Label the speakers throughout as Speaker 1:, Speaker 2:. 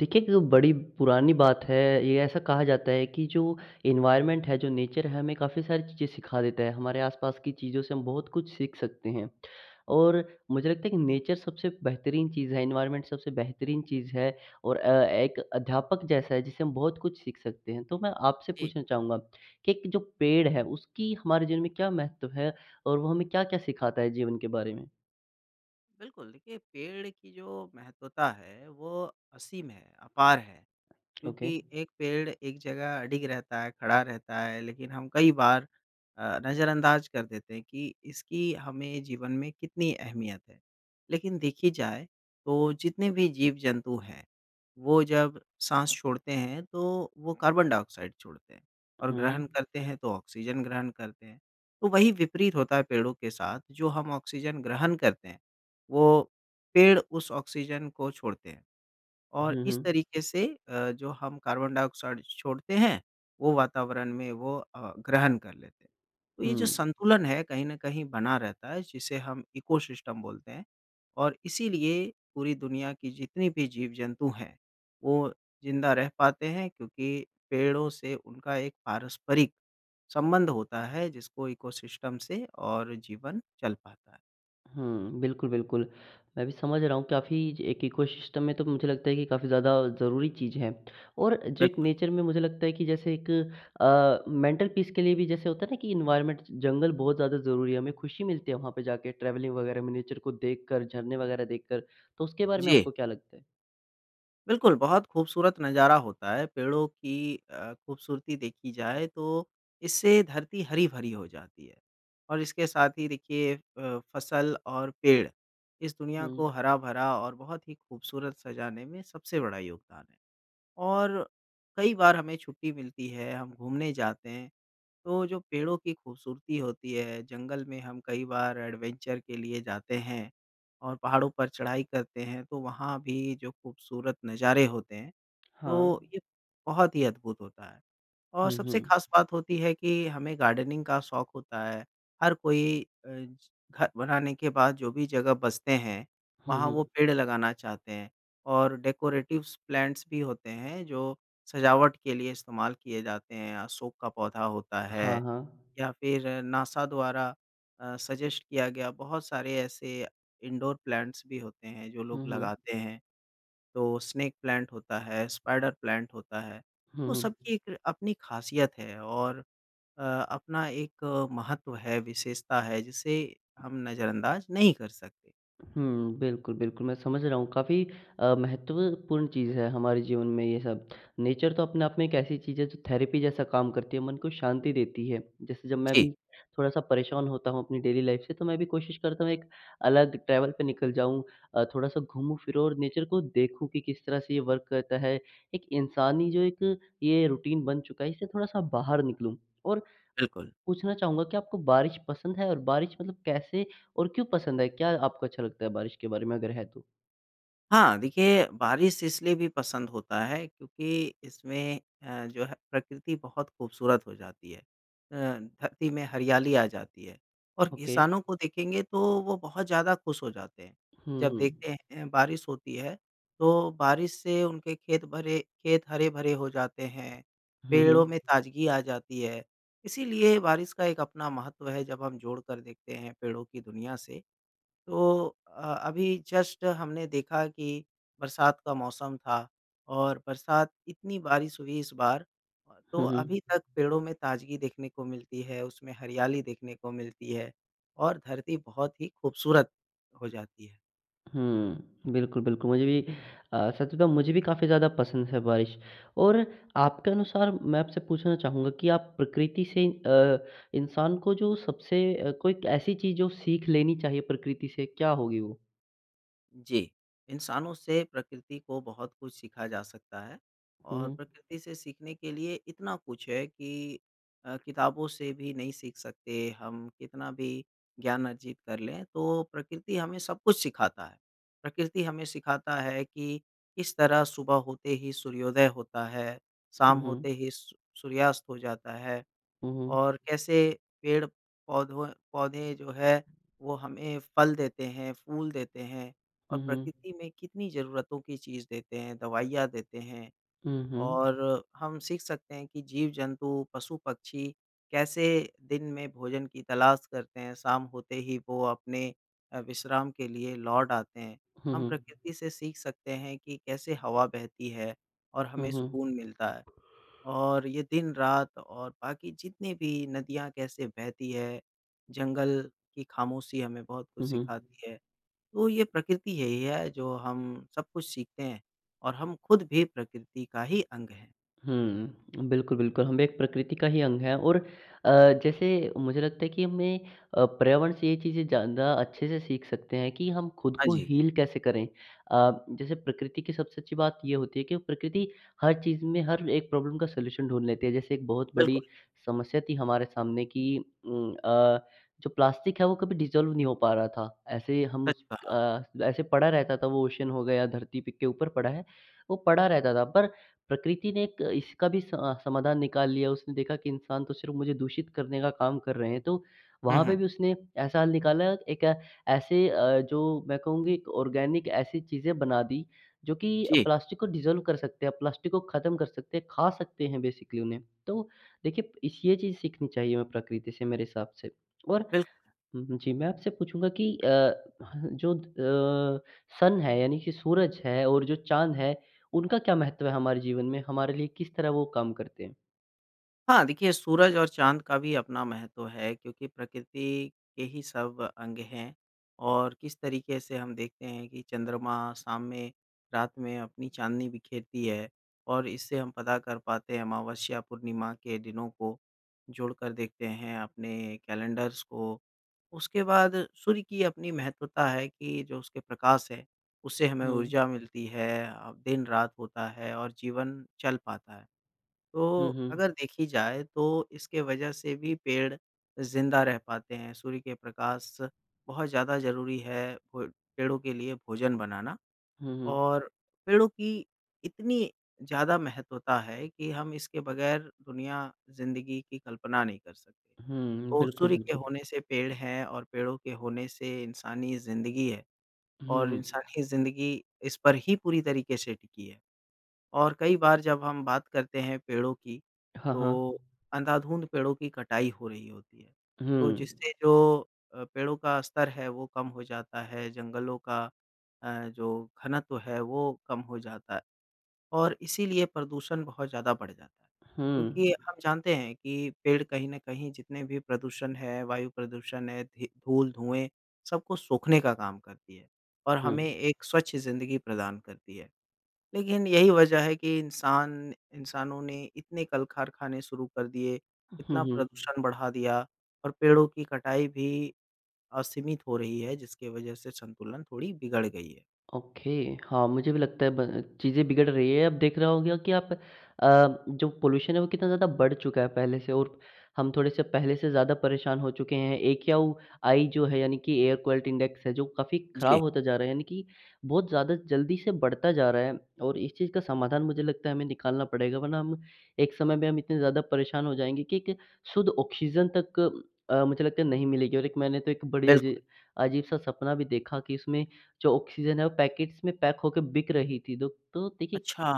Speaker 1: देखिए, एक बड़ी पुरानी बात है। ये ऐसा कहा जाता है कि जो एनवायरनमेंट है, जो नेचर है, हमें काफ़ी सारी चीज़ें सिखा देता है। हमारे आसपास की चीज़ों से हम बहुत कुछ सीख सकते हैं और मुझे लगता है कि नेचर सबसे बेहतरीन चीज़ है, एनवायरनमेंट सबसे बेहतरीन चीज़ है और एक अध्यापक जैसा है, जिससे हम बहुत कुछ सीख सकते हैं। तो मैं आपसे
Speaker 2: जी,
Speaker 1: पूछना चाहूँगा कि एक जो पेड़ है, उसकी हमारे जीवन में क्या महत्व है और वो हमें क्या-क्या सिखाता है जीवन के बारे में?
Speaker 2: बिल्कुल देखिए पेड़ की जो महत्वता है वो असीम है, अपार है।
Speaker 1: ओके।
Speaker 2: क्योंकि एक पेड़ एक जगह अडिग रहता है, खड़ा रहता है, लेकिन हम कई बार नज़रअंदाज कर देते हैं कि इसकी हमें जीवन में कितनी अहमियत है। लेकिन देखी जाए तो जितने भी जीव-जंतु हैं, वो जब साँस छोड़ते हैं तो वो कार्बन डाइऑक्साइड छोड़ते हैं और
Speaker 1: हुँ।
Speaker 2: ग्रहण करते हैं तो ऑक्सीजन ग्रहण करते हैं। तो वही विपरीत होता है पेड़ों के साथ, जो हम ऑक्सीजन ग्रहण करते हैं, वो पेड़ उस ऑक्सीजन को छोड़ते हैं। और
Speaker 1: हुँ,
Speaker 2: इस
Speaker 1: हुँ।
Speaker 2: तरीके से जो हम कार्बन डाइऑक्साइड छोड़ते हैं, वो वातावरण में वो ग्रहण कर लेते हैं। तो ये
Speaker 1: हुँ।
Speaker 2: जो संतुलन है कहीं न कहीं बना रहता है जिसे हम इकोसिस्टम बोलते हैं और इसीलिए पूरी दुनिया की जितनी भी जीव-जंतु हैं, वो ज़िंदा रह पाते हैं क्योंकि पेड़ों से उनका एक पारस्परिक संबंध होता है जिसको इकोसिस्टम से और जीवन चल पाता है।
Speaker 1: हुँ, बिल्कुल, बिल्कुल। मैं भी समझ रहा हूँ काफ़ी ज एक इकोसिस्टम में तो मुझे लगता है कि काफ़ी ज़्यादा ज़रूरी चीज़ है और जो एक
Speaker 2: बिल्कुल।
Speaker 1: नेचर में मुझे लगता है कि जैसे एक मेंटल पीस के लिए भी जैसे होता है ना कि एनवायरनमेंट जंगल बहुत ज़्यादा ज़रूरी है, हमें खुशी मिलती है वहाँ पे जाके ट्रैवलिंग वगैरह में नेचर को देखकर, झरने वगैरह देखकर, तो उसके बारे में
Speaker 2: जी।
Speaker 1: आपको क्या लगता है?
Speaker 2: बिल्कुल, बहुत खूबसूरत नज़ारा होता है, पेड़ों की खूबसूरती देखी जाए तो इससे धरती हरी-भरी हो जाती है और इसके साथ ही देखिए फसल और पेड़, इस दुनिया
Speaker 1: हुँ,
Speaker 2: को हरा-भरा और बहुत ही खूबसूरत सजाने में सबसे बड़ा योगदान है। और कई बार हमें छुट्टी मिलती है, हम घूमने जाते हैं, तो जो पेड़ों की खूबसूरती होती है, जंगल में हम कई बार एडवेंचर के लिए जाते हैं और पहाड़ों पर चढ़ाई करते हैं, तो वहाँ भी जो खूबसूरत नज़ारे होते हैं,
Speaker 1: हाँ।
Speaker 2: तो ये बहुत ही अद्भुत होता है। और
Speaker 1: हुँ, हुँ।
Speaker 2: सबसे ख़ास बात होती है कि हमें गार्डनिंग का शौक होता है। हर कोई अ, ज घर बनाने के बाद जो भी जगह बचते हैं,
Speaker 1: हुँ,
Speaker 2: वहाँ वो
Speaker 1: हुँ।
Speaker 2: पेड़ लगाना चाहते हैं और डेकोरेटिव्स प्लांट्स भी होते हैं जो सजावट के लिए इस्तेमाल किए जाते हैं। अशोक का पौधा होता
Speaker 1: हाँ,
Speaker 2: है
Speaker 1: हाँ।
Speaker 2: या फिर नासा द्वारा सजेस्ट किया गया बहुत सारे ऐसे इंडोर प्लांट्स भी होते हैं जो लोग
Speaker 1: हुँ, हुँ।
Speaker 2: लगाते हैं। तो स्नेक प्लांट होता है, स्पाइडर प्लांट होता है,
Speaker 1: हुँ,
Speaker 2: तो
Speaker 1: हुँ।
Speaker 2: सबकी एक अपनी ख़ासियत है और अ, अपना एक महत्व है, विशेषता है, जिसे हम नज़रअंदाज नहीं कर सकते।
Speaker 1: हुँ, बिल्कुल, बिल्कुल, मैं समझ रहा हूँ काफ़ी महत्वपूर्ण चीज़ है हमारे जीवन में ये सब। नेचर तो अपने आप में एक ऐसी चीज़ है जो थेरेपी जैसा काम करती है, मन को शांति देती है। जैसे जब मैं
Speaker 2: जी। जी,
Speaker 1: भी थोड़ा-सा परेशान होता हूँ अपनी डेली लाइफ़ से तो मैं भी कोशिश करता हूँ एक अलग ट्रैवल पे निकल जाऊँ, थोड़ा-सा घूमूँ फिरूँ और नेचर को देखूँ कि किस तरह से ये वर्क करता है। एक इंसानी जो एक ये रूटीन बन चुका है इससे थोड़ा-सा बाहर निकलूँ और
Speaker 2: बिल्कुल।
Speaker 1: पूछना चाहूँगा कि आपको बारिश पसंद है और बारिश मतलब कैसे और क्यों पसंद है? क्या आपको अच्छा लगता है बारिश के बारे में अगर है तो?
Speaker 2: हाँ, देखिए बारिश इसलिए भी पसंद होता है क्योंकि इसमें जो है प्रकृति बहुत खूबसूरत हो जाती है। धरती में हरियाली आ जाती है और
Speaker 1: ओके।
Speaker 2: किसानों को देखेंगे तो वो बहुत ज़्यादा खुश हो जाते हैं।
Speaker 1: हुँ,
Speaker 2: जब
Speaker 1: हुँ।
Speaker 2: देखते हैं बारिश होती है तो बारिश से उनके खेत भरे खेत हरे-भरे हो जाते हैं,
Speaker 1: हुँ, हुँ।
Speaker 2: पेड़ों में ताज़गी आ जाती है। इसीलिए बारिश का एक अपना महत्व है जब हम जोड़ कर देखते हैं पेड़ों की दुनिया से। तो अभी जस्ट हमने देखा कि बरसात का मौसम था और बरसात इतनी बारिश हुई इस बार तो
Speaker 1: हुँ,
Speaker 2: अभी
Speaker 1: हुँ।
Speaker 2: तक पेड़ों में ताज़गी देखने को मिलती है, उसमें हरियाली देखने को मिलती है और धरती बहुत ही खूबसूरत हो जाती है।
Speaker 1: हुँ, बिल्कुल, बिल्कुल। मुझे भी सच बताऊँ मुझे भी काफ़ी ज़्यादा पसंद है बारिश और आपके अनुसार मैं आपसे पूछना चाहूँगा कि आप प्रकृति से इंसान को जो सबसे कोई ऐसी चीज़ जो सीख लेनी चाहिए प्रकृति से, क्या होगी वो?
Speaker 2: जी, इंसानों से प्रकृति को बहुत कुछ सीखा जा सकता है
Speaker 1: हुँ,
Speaker 2: और
Speaker 1: हुँ।
Speaker 2: प्रकृति से सीखने के लिए इतना कुछ है कि किताबों से भी नहीं सीख सकते हम कितना भी ज्ञान अर्जित कर लें, तो प्रकृति हमें सब कुछ सिखाता है। प्रकृति हमें सिखाता है कि किस तरह सुबह होते ही सूर्योदय होता है,
Speaker 1: हुँ,
Speaker 2: शाम
Speaker 1: हुँ।
Speaker 2: होते ही सू सूर्यास्त हो जाता है।
Speaker 1: हुँ,
Speaker 2: और कैसे पेड़ पौधों पौधे जो है वो हमें फल देते हैं, फूल देते हैं और
Speaker 1: हुँ।
Speaker 2: प्रकृति में कितनी ज़रूरतों की चीज़ देते हैं, दवाइयाँ देते हैं
Speaker 1: हुँ, हुँ।
Speaker 2: और हम सीख सकते हैं कि जीव-जंतु, पशु-पक्षी कैसे दिन में भोजन की तलाश करते हैं, शाम होते ही वो अपने विश्राम के लिए लौट आते हैं।
Speaker 1: हुँ,
Speaker 2: हम
Speaker 1: हुँ।
Speaker 2: प्रकृति से सीख सकते हैं कि कैसे हवा बहती है और
Speaker 1: हुँ,
Speaker 2: हमें
Speaker 1: हुँ।
Speaker 2: सुकून मिलता है। और ये दिन-रात और बाकी जितनी भी नदियाँ कैसे बहती है, जंगल की ख़ामोशी हमें बहुत कुछ
Speaker 1: हुँ, हुँ। हुँ।
Speaker 2: सिखाती है। तो ये प्रकृति यही है जो हम सब कुछ सीखते हैं और हम खुद भी प्रकृति का ही अंग हैं।
Speaker 1: हुँ, बिल्कुल, बिल्कुल, हम एक प्रकृति का ही अंग हैं और अ, जैसे मुझे लगता है कि हमें पर्यावरण से ये चीज़ें ज़्यादा अच्छे से सीख सकते हैं कि हम खुद
Speaker 2: हाँ
Speaker 1: को
Speaker 2: जी,
Speaker 1: हील कैसे करें। जैसे प्रकृति की सबसे अच्छी बात ये होती है कि प्रकृति हर चीज़ में, हर एक प्रॉब्लम का सॉल्यूशन ढूँढ लेती है। जैसे एक बहुत बड़ी
Speaker 2: बिल्कुल,
Speaker 1: समस्या थी हमारे सामने कि उम, अ, जो प्लास्टिक है वो कभी डिज़ॉल्व नहीं हो पा रहा था। ऐसे हम
Speaker 2: सच कहा।
Speaker 1: ऐसे पड़ा रहता था, वो ओशन हो गया, धरती पे के ऊपर पड़ा है, वो पड़ा रहता था पर प्रकृति ने एक इसका भी स समाधान निकाल लिया, उसने देखा कि इंसान तो सिर्फ़ मुझे दूषित करने का काम कर रहे हैं, तो
Speaker 2: हुँ,
Speaker 1: वहाँ पे
Speaker 2: हुँ।
Speaker 1: भी उसने ऐसा हल निकाला एक ऐसे जो मैं कहूँगी एक ऑर्गेनिक ऐसी चीज़ें बना दी, जो कि
Speaker 2: जी,
Speaker 1: प्लास्टिक को डिज़ॉल्व कर सकते हैं, प्लास्टिक को ख़त्म कर सकते हैं, खा सकते हैं बेसिकली उन्हें। तो देखिए, इस ये चीज़ सीखनी चाहिए हमें प्रकृति से मेरे हिसाब से और
Speaker 2: बिल्कुल।
Speaker 1: हुँ, जी, मैं आपसे पूछूँगा कि अ, ह जो अ, सन है यानी कि सूरज है और जो चाँद है, उनका क्या महत्व है हमारे जीवन में? हमारे लिए किस तरह वो काम करते हैं?
Speaker 2: हाँ, देखिए सूरज और चाँद का भी अपना महत्व है क्योंकि प्रकृति के ही सब अंग हैं और किस तरीके से हम देखते हैं कि चंद्रमा शाम में, रात में अपनी चाँदनी बिखेरती है और इससे हम पता कर पाते हैं अमावस्या, पूर्णिमा के दिनों को जोड़कर देखते हैं अपने कैलेंडर्स को। उसके बाद सूर्य की अपनी महत्वता है कि जो उसके प्रकाश है, उससे हमें
Speaker 1: हुँ।
Speaker 2: ऊर्जा मिलती है दिन-रात होता है और जीवन चल पाता है।
Speaker 1: हुँ,
Speaker 2: तो
Speaker 1: हुँ।
Speaker 2: अगर देखी जाए तो इसके वजह से भी पेड़ ज़िंदा रह पाते हैं। सूर्य के प्रकाश बहुत ज़्यादा ज़रूरी है भो पेड़ों के लिए भोजन बनाना
Speaker 1: हुँ, हुँ।
Speaker 2: और पेड़ों की इतनी ज़्यादा महत्वता है कि हम इसके बगैर दुनिया ज़िंदगी की कल्पना नहीं कर सकते।
Speaker 1: हुँ,
Speaker 2: तो
Speaker 1: बिल्कुल,
Speaker 2: सूर्य के
Speaker 1: बिल्कुल।
Speaker 2: होने से पेड़ हैं और पेड़ों के होने से इंसानी ज़िंदगी है और
Speaker 1: हुँ।
Speaker 2: इंसानी ज़िंदगी इस पर ही पूरी तरीके से टिकी है। और कई बार जब हम बात करते हैं पेड़ों की,
Speaker 1: हाँ, हाँ।
Speaker 2: तो अंधाधुंध पेड़ों की कटाई हो रही होती है। तो
Speaker 1: हुँ।
Speaker 2: जिससे जो पेड़ों का स्तर है वो कम हो जाता है, जंगलों का जो घनत्व है वो कम हो जाता है और इसीलिए प्रदूषण बहुत ज़्यादा बढ़ जाता है। क्योंकि
Speaker 1: हुँ।
Speaker 2: हम जानते हैं कि पेड़ कहीं न कहीं जितने भी प्रदूषण है, वायु प्रदूषण है, धी धूल-धुएँ सबको सोखने का काम करती है और हमें
Speaker 1: हुँ।
Speaker 2: एक स्वच्छ ज़िंदगी प्रदान करती है। लेकिन यही वजह है कि इंसानों ने इतने कल-कारखाने शुरू कर दिए,
Speaker 1: हुँ,
Speaker 2: इतना
Speaker 1: हुँ।
Speaker 2: प्रदूषण बढ़ा दिया और पेड़ों की कटाई भी असीमित हो रही है, जिसकी वजह से संतुलन थोड़ी बिगड़ गई है।
Speaker 1: ओके, हाँ, मुझे भी लगता है ब चीज़ें बिगड़ रही है। अब देख रहा होगा कि आप अ, जो पॉल्यूशन है वो कितना ज़्यादा बढ़ चुका है पहले से और हम थोड़े-से पहले से ज़्यादा परेशान हो चुके हैं। एक्याऊ-आई जो है यानी कि एयर क्वालिटी इंडेक्स है जो काफ़ी ख़राब
Speaker 2: जी,
Speaker 1: होता जा रहा है यानी कि बहुत ज़्यादा जल्दी से बढ़ता जा रहा है और इस चीज़ का समाधान मुझे लगता है हमें निकालना पड़ेगा वरना हम एक समय में हम इतने ज़्यादा परेशान हो जाएँगे कि एक शुद्ध ऑक्सीजन तक मुझे लगता है नहीं मिलेगी और एक मैंने तो एक बड़ी
Speaker 2: बिल्कुल।
Speaker 1: अजीब-सा सपना भी देखा कि इसमें जो ऑक्सीजन है वो पैकेट्स में पैक होके बिक रही थी। दो तो देखिए
Speaker 2: अच्छा।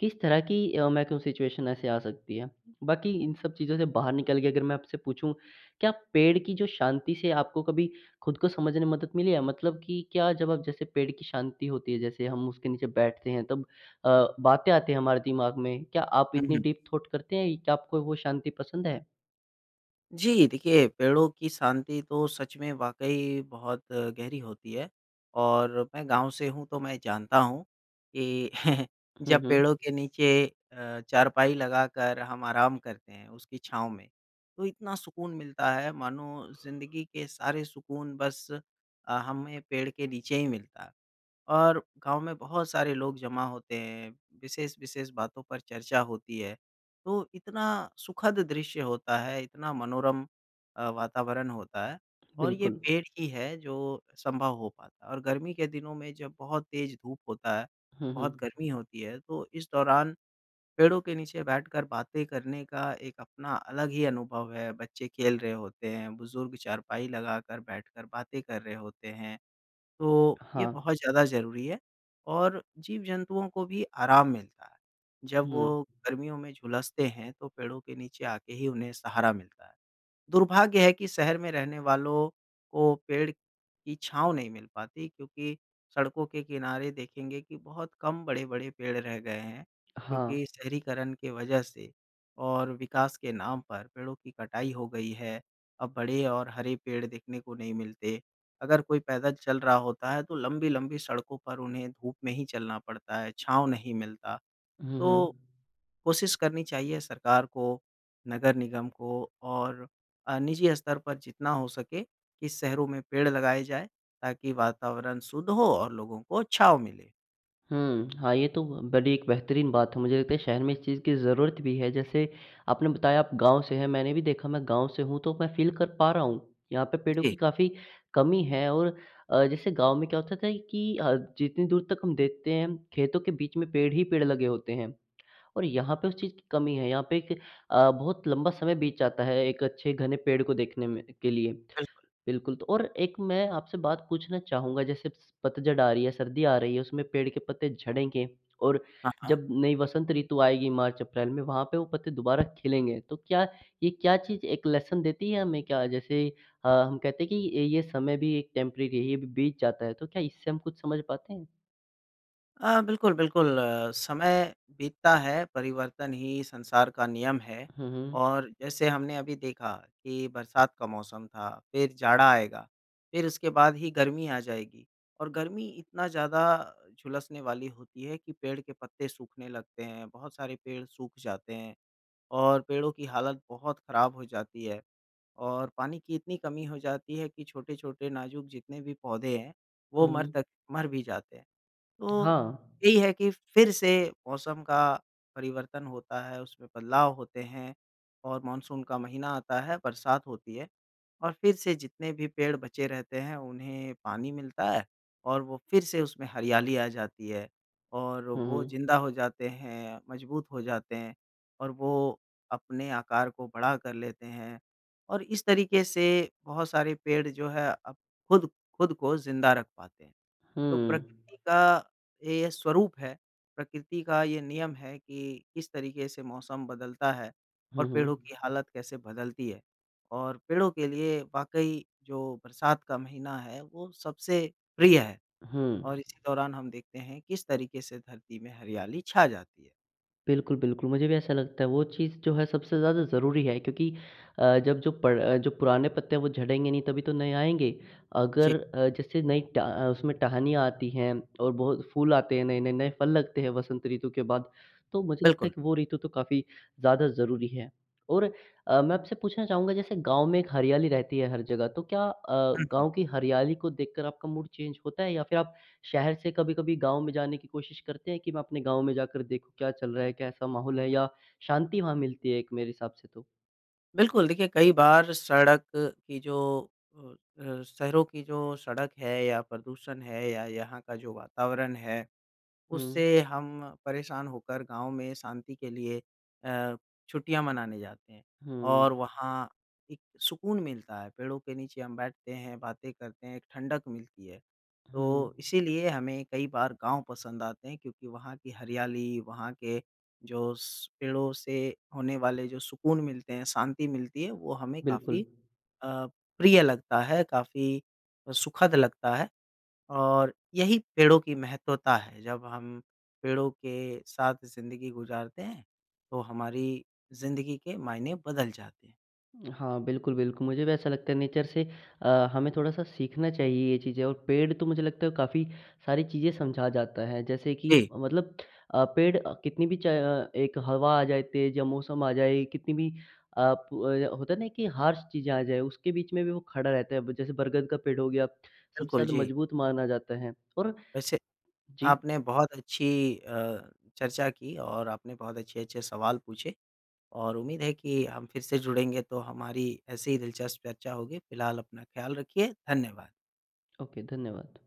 Speaker 1: किस तरह की मैं कहूँ सिचुएशन ऐसे आ सकती है। बाकी इन सब चीज़ों से बाहर निकल के अगर मैं आपसे पूछूँ, क्या पेड़ की जो शांति से आपको कभी खुद को समझने में मदद मिली है? मतलब कि क्या जब आप जैसे पेड़ की शांति होती है, जैसे हम उसके नीचे बैठते हैं तब बातें आते हैं हमारे दिमाग में। क्या आप
Speaker 2: हुँ,
Speaker 1: इतनी
Speaker 2: हुँ।
Speaker 1: डीप थॉट करते हैं? क्या आपको वो शांति पसंद है?
Speaker 2: जी, देखिए पेड़ों की शांति तो सच में वाक़ई बहुत गहरी होती है और मैं गाँव से हूँ तो मैं जानता हूँ कि
Speaker 1: हुँ,
Speaker 2: जब
Speaker 1: हुँ।
Speaker 2: पेड़ों के नीचे चारपाई लगाकर हम आराम करते हैं उसकी छाँव में, तो इतना सुकून मिलता है मानो ज़िंदगी के सारे सुकून बस हमें पेड़ के नीचे ही मिलता है। और गाँव में बहुत सारे लोग जमा होते हैं, विशेष-विशेष बातों पर चर्चा होती है। तो इतना सुखद दृश्य होता है, इतना मनोरम वातावरण होता है और ये
Speaker 1: बिल्कुल।
Speaker 2: पेड़ ही है जो संभव हो पाता है और गर्मी के दिनों में जब बहुत तेज़ धूप होता है,
Speaker 1: हुँ,
Speaker 2: बहुत
Speaker 1: हुँ।
Speaker 2: गर्मी होती है, तो इस दौरान पेड़ों के नीचे बैठकर बातें करने का एक अपना अलग ही अनुभव है। बच्चे खेल रहे होते हैं, बुज़ुर्ग चारपाई लगाकर बैठकर बातें कर रहे होते हैं। तो ये
Speaker 1: हाँ।
Speaker 2: बहुत ज़्यादा ज़रूरी है और जीव-जंतुओं को भी आराम मिलता है। जब
Speaker 1: हुँ।
Speaker 2: वो गर्मियों में झुलसते हैं, तो पेड़ों के नीचे आके ही उन्हें सहारा मिलता है। दुर्भाग्य है कि शहर में रहने वालों को पेड़ की छाँव नहीं मिल पाती क्योंकि सड़कों के किनारे देखेंगे कि बहुत कम बड़े-बड़े पेड़ रह गए हैं,
Speaker 1: हाँ।
Speaker 2: क्योंकि शहरीकरण की वजह से और विकास के नाम पर पेड़ों की कटाई हो गई है। अब बड़े और हरे पेड़ देखने को नहीं मिलते। अगर कोई पैदल चल रहा होता है तो लंबी-लंबी सड़कों पर उन्हें धूप में ही चलना पड़ता है, छाँव नहीं मिलता।
Speaker 1: हुँ, हुँ।
Speaker 2: तो कोशिश करनी चाहिए सरकार को, नगर निगम को और निजी स्तर पर जितना हो सके कि शहरों में पेड़ लगाए जाएँ, ताकि वातावरण शुद्ध हो और लोगों को छाँव मिले।
Speaker 1: हुँ। हाँ, ये तो बड़ी एक बेहतरीन बात है। मुझे लगता है शहर में इस चीज़ की ज़रूरत भी है। जैसे आपने बताया आप गाँव से हैं, मैंने भी देखा मैं गाँव से हूँ, तो मैं फ़ील कर पा रहा हूँ। यहाँ पे पेड़ों की
Speaker 2: जी,
Speaker 1: काफ़ी कमी है और जैसे गाँव में क्या होता था कि जितनी दूर तक हम देखते हैं, खेतों के बीच में पेड़ ही पेड़ लगे होते हैं और यहाँ पे उस चीज़ की कमी है। यहाँ पे एक बहुत लंबा समय बीत जाता है एक अच्छे घने पेड़ को देखने में के लिए।
Speaker 2: बिल्कुल।
Speaker 1: बिल्कुल, तो और एक मैं आपसे बात पूछना चाहूँगा जैसे स पतझड़ आ रही है, सर्दी आ रही है, उसमें पेड़ के पत्ते झड़ेंगे और
Speaker 2: हाँ, हाँ।
Speaker 1: जब नई वसंत ऋतु आएगी मार्च-अप्रैल में वहाँ पे वो पत्ते दोबारा खिलेंगे। तो क्या ये क्या चीज़ एक लेसन देती है हमें क्या जैसे हम कहते हैं कि ये समय भी एक टेम्परेरी है, ये भी बीत जाता है, तो क्या इससे हम कुछ समझ पाते हैं?
Speaker 2: बिल्कुल, बिल्कुल। आ, समय बीतता है, परिवर्तन ही संसार का नियम है
Speaker 1: हुँ, हुँ।
Speaker 2: और जैसे हमने अभी देखा कि बरसात का मौसम था, फिर जाड़ा आएगा, फिर उसके बाद ही गर्मी आ जाएगी और गर्मी इतना ज़्यादा झुलसने वाली होती है कि पेड़ के पत्ते सूखने लगते हैं, बहुत सारे पेड़ सूख जाते हैं और पेड़ों की हालत बहुत ख़राब हो जाती है और पानी की इतनी कमी हो जाती है कि छोटे-छोटे नाज़ुक जितने भी पौधे हैं, वो
Speaker 1: हुँ,
Speaker 2: मर
Speaker 1: हुँ।
Speaker 2: तक मर भी जाते हैं।
Speaker 1: हाँ।
Speaker 2: तो यही है कि फिर से मौसम का परिवर्तन होता है, उसमें बदलाव होते हैं और मानसून का महीना आता है, बरसात होती है और फिर से जितने भी पेड़ बचे रहते हैं, उन्हें पानी मिलता है और वो फिर से उसमें हरियाली आ जाती है और
Speaker 1: हुँ,
Speaker 2: वो
Speaker 1: हुँ।
Speaker 2: ज़िंदा हो जाते हैं, मजबूत हो जाते हैं और वो अपने आकार को बड़ा कर लेते हैं और इस तरीके से बहुत सारे पेड़ जो है अब खुद खुद को ज़िंदा रख पाते हैं। तो
Speaker 1: हुँ।
Speaker 2: प्रकृति का ये स्वरूप है, प्रकृति का ये नियम है कि किस तरीके से मौसम बदलता है और
Speaker 1: हुँ, हुँ।
Speaker 2: पेड़ों की हालत कैसे बदलती है। और पेड़ों के लिए वाक़ई जो बरसात का महीना है, वो सबसे प्रिय है
Speaker 1: हुँ।
Speaker 2: और इसी दौरान हम देखते हैं किस तरीके से धरती में हरियाली छा जाती है।
Speaker 1: बिल्कुल, बिल्कुल। मुझे भी ऐसा लगता है वो चीज़ जो है सबसे ज़्यादा ज़रूरी है क्योंकि जब जो पुराने पत्ते हैं वो झड़ेंगे नहीं तभी तो नए आएँगे।
Speaker 2: जी।
Speaker 1: अगर जैसे उसमें टहनियाँ आती हैं और बहुत फूल आते हैं नए-नए, नए नए फल लगते हैं वसंत ऋतु के बाद, तो मुझे लगता है
Speaker 2: बिल्कुल।
Speaker 1: कि वो ऋतु तो काफ़ी ज़्यादा ज़रूरी है। और मैं आपसे पूछना चाहूँगा जैसे गाँव में एक हरियाली रहती है हर जगह, तो क्या
Speaker 2: हुँ, हुँ।
Speaker 1: गाँव की हरियाली को देखकर आपका मूड चेंज होता है या फिर आप शहर से कभी-कभी गाँव में जाने की कोशिश करते हैं कि मैं अपने गाँव में जाकर देखूँ क्या चल रहा है, कैसा माहौल है या शांति वहाँ मिलती है एक मेरे हिसाब से तो।
Speaker 2: बिल्कुल, देखिए कई बार सड़क की जो अ शहरों की जो सड़क है या प्रदूषण है या यहाँ का जो वातावरण है उससे
Speaker 1: हुँ,
Speaker 2: हम परेशान होकर गाँव में शांति के लिए अ, छुट्टियाँ मनाने जाते हैं
Speaker 1: हुँ,
Speaker 2: और वहाँ एक सुकून मिलता है, पेड़ों के नीचे हम बैठते हैं, बातें करते हैं, एक ठंडक मिलती है।
Speaker 1: हुँ।
Speaker 2: तो इसीलिए हमें कई बार गाँव पसंद आते हैं क्योंकि वहाँ की हरियाली, वहाँ के जो स पेड़ों से होने वाले जो सुकून मिलते हैं, शांति मिलती है, वो हमें
Speaker 1: बिल्कुल।
Speaker 2: काफ़ी अ, प्रिय लगता है, काफ़ी सुखद लगता है। और यही पेड़ों की महत्वता है, जब हम पेड़ों के साथ ज़िंदगी गुज़ारते हैं, तो हमारी ज़िंदगी के मायने बदल जाते हैं।
Speaker 1: हाँ, बिल्कुल, बिल्कुल। मुझे भी ऐसा लगता है नेचर से हमें थोड़ा-सा सीखना चाहिए ये चीज़ें और पेड़ तो मुझे लगता है काफ़ी सारी चीज़ें समझा जाता है। जैसे कि
Speaker 2: जी,
Speaker 1: मतलब कितनी भी एक हवा आ जाए तेज़ या मौसम आ जाए, कितनी भी होता है ना कि हार्श चीज़ें आ जाए, उसके बीच में भी वो खड़ा रहता है। ब जैसे बरगद का पेड़ हो गया, सबसे
Speaker 2: बिल्कुल,
Speaker 1: ज़्यादा
Speaker 2: जी।
Speaker 1: मजबूत माना जाता है और
Speaker 2: वैसे
Speaker 1: जी,
Speaker 2: आपने बहुत अच्छी चर्चा की और आपने बहुत अच्छे-अच्छे सवाल पूछे और उम्मीद है कि हम फिर से जुड़ेंगे तो हमारी ऐसे ही दिलचस्प चर्चा होगी। फ़िलहाल अपना ख़्याल रखिए, धन्यवाद।
Speaker 1: ओके, धन्यवाद।